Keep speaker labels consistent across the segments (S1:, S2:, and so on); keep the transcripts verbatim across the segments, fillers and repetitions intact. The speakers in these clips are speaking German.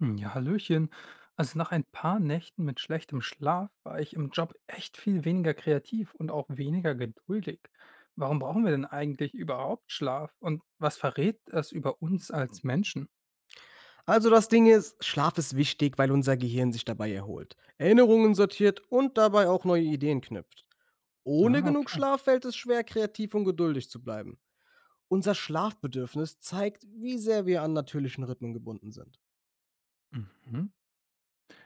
S1: Hm, ja, Hallöchen. Also nach ein paar Nächten mit schlechtem Schlaf war ich im Job echt viel weniger kreativ und auch weniger geduldig. Warum brauchen wir denn eigentlich überhaupt Schlaf? Und was verrät das über uns als Menschen?
S2: Also das Ding ist, Schlaf ist wichtig, weil unser Gehirn sich dabei erholt, Erinnerungen sortiert und dabei auch neue Ideen knüpft. Ohne
S1: Ah,
S2: genug
S1: okay.
S2: Schlaf fällt es schwer, kreativ und geduldig zu bleiben. Unser Schlafbedürfnis zeigt, wie sehr wir an natürlichen Rhythmen gebunden sind.
S1: Mhm.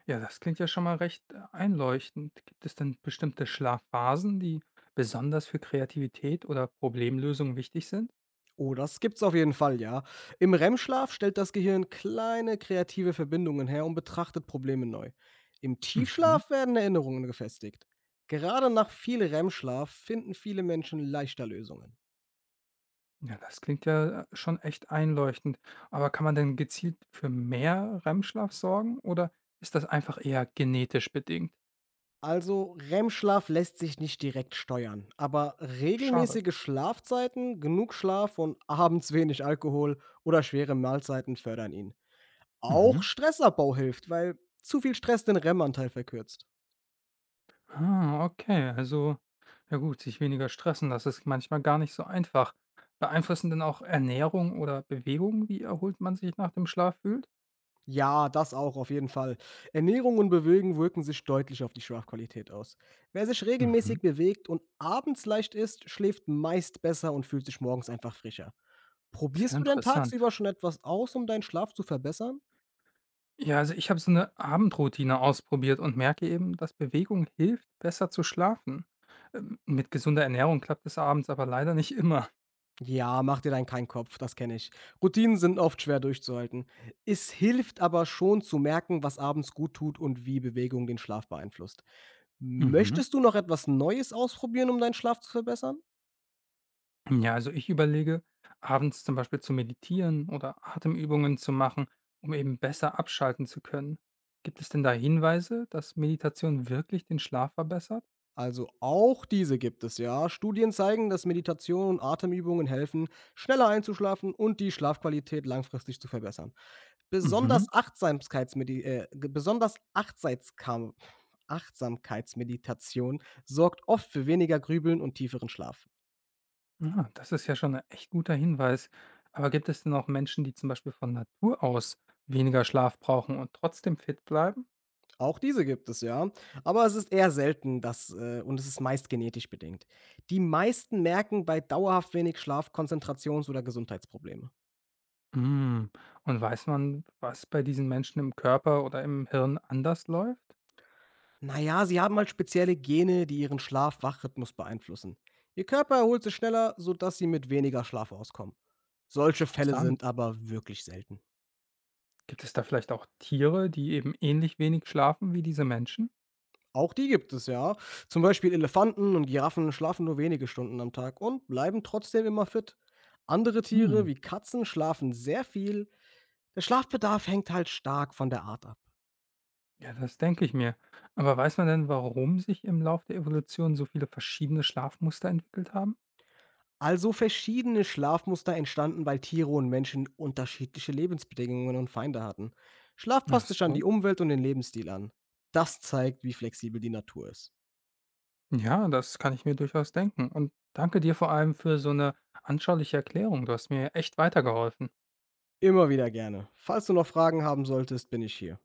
S1: Ja, das klingt ja schon mal recht äh, einleuchtend. Gibt es denn bestimmte Schlafphasen, die besonders für Kreativität oder Problemlösung wichtig sind?
S2: Oh, das gibt's auf jeden Fall, ja. Im R E M-Schlaf stellt das Gehirn kleine kreative Verbindungen her und betrachtet Probleme neu. Im
S1: Mhm.
S2: Tiefschlaf werden Erinnerungen gefestigt. Gerade nach viel R E M-Schlaf finden viele Menschen leichter Lösungen.
S1: Ja, das klingt ja äh, schon echt einleuchtend. Aber kann man denn gezielt für mehr R E M-Schlaf sorgen oder ist das einfach eher genetisch bedingt?
S2: Also R E M-Schlaf lässt sich nicht direkt steuern, aber
S1: Schade.
S2: regelmäßige Schlafzeiten, genug Schlaf und abends wenig Alkohol oder schwere Mahlzeiten fördern ihn. Auch
S1: Mhm.
S2: Stressabbau hilft, weil zu viel Stress den R E M-Anteil verkürzt.
S1: Ah, okay. Also, ja gut, sich weniger stressen, das ist manchmal gar nicht so einfach. Beeinflussen denn auch Ernährung oder Bewegung, wie erholt man sich nach dem Schlaf fühlt?
S2: Ja, das auch auf jeden Fall. Ernährung und Bewegung wirken sich deutlich auf die Schlafqualität aus. Wer sich
S1: Mhm.
S2: regelmäßig bewegt und abends leicht isst, schläft meist besser und fühlt sich morgens einfach frischer.
S1: Sehr
S2: Probierst du denn
S1: interessant.
S2: tagsüber schon etwas aus, um deinen Schlaf zu verbessern?
S1: Ja, also ich habe so eine Abendroutine ausprobiert und merke eben, dass Bewegung hilft, besser zu schlafen. Ähm, Mit gesunder Ernährung klappt es abends aber leider nicht immer.
S2: Ja, mach dir dann keinen Kopf, das kenne ich. Routinen sind oft schwer durchzuhalten. Es hilft aber schon zu merken, was abends gut tut und wie Bewegung den Schlaf beeinflusst.
S1: Mhm.
S2: Möchtest du noch etwas Neues ausprobieren, um deinen Schlaf zu verbessern?
S1: Ja, also ich überlege, abends zum Beispiel zu meditieren oder Atemübungen zu machen, um eben besser abschalten zu können. Gibt es denn da Hinweise, dass Meditation wirklich den Schlaf verbessert?
S2: Also auch diese gibt es, ja. Studien zeigen, dass Meditation und Atemübungen helfen, schneller einzuschlafen und die Schlafqualität langfristig zu verbessern.
S1: Mhm.
S2: Besonders Achtsamkeitsmedi äh, ge- besonders Achtsamkeitskam- Achtsamkeitsmeditation sorgt oft für weniger Grübeln und tieferen Schlaf.
S1: Ah, das ist ja schon ein echt guter Hinweis. Aber gibt es denn auch Menschen, die zum Beispiel von Natur aus weniger Schlaf brauchen und trotzdem fit bleiben?
S2: Auch diese gibt es, ja. Aber es ist eher selten, dass äh, und es ist meist genetisch bedingt. Die meisten merken bei dauerhaft wenig Schlaf Konzentrations- oder Gesundheitsprobleme.
S1: Hm, und weiß man, was bei diesen Menschen im Körper oder im Hirn anders läuft?
S2: Na ja, sie haben halt spezielle Gene, die ihren Schlaf-Wach-Rhythmus beeinflussen. Ihr Körper erholt sich schneller, sodass sie mit weniger Schlaf auskommen. Solche Fälle
S1: Interessant.
S2: sind aber wirklich selten.
S1: Gibt es da vielleicht auch Tiere, die eben ähnlich wenig schlafen wie diese Menschen?
S2: Auch die gibt es, ja. Zum Beispiel Elefanten und Giraffen schlafen nur wenige Stunden am Tag und bleiben trotzdem immer fit. Andere Tiere
S1: Hm,
S2: wie Katzen schlafen sehr viel. Der Schlafbedarf hängt halt stark von der Art ab.
S1: ja, das denke ich mir. Aber weiß man denn, warum sich im Lauf der Evolution so viele verschiedene Schlafmuster entwickelt haben?
S2: Also verschiedene Schlafmuster entstanden, weil Tiere und Menschen unterschiedliche Lebensbedingungen und Feinde hatten. Schlaf
S1: Ach
S2: passt sich an
S1: so.
S2: die Umwelt und den Lebensstil an. Das zeigt, wie flexibel die Natur ist.
S1: Ja, das kann ich mir durchaus denken. Und danke dir vor allem für so eine anschauliche Erklärung. Du hast mir echt weitergeholfen.
S2: Immer wieder gerne. Falls du noch Fragen haben solltest, bin ich hier.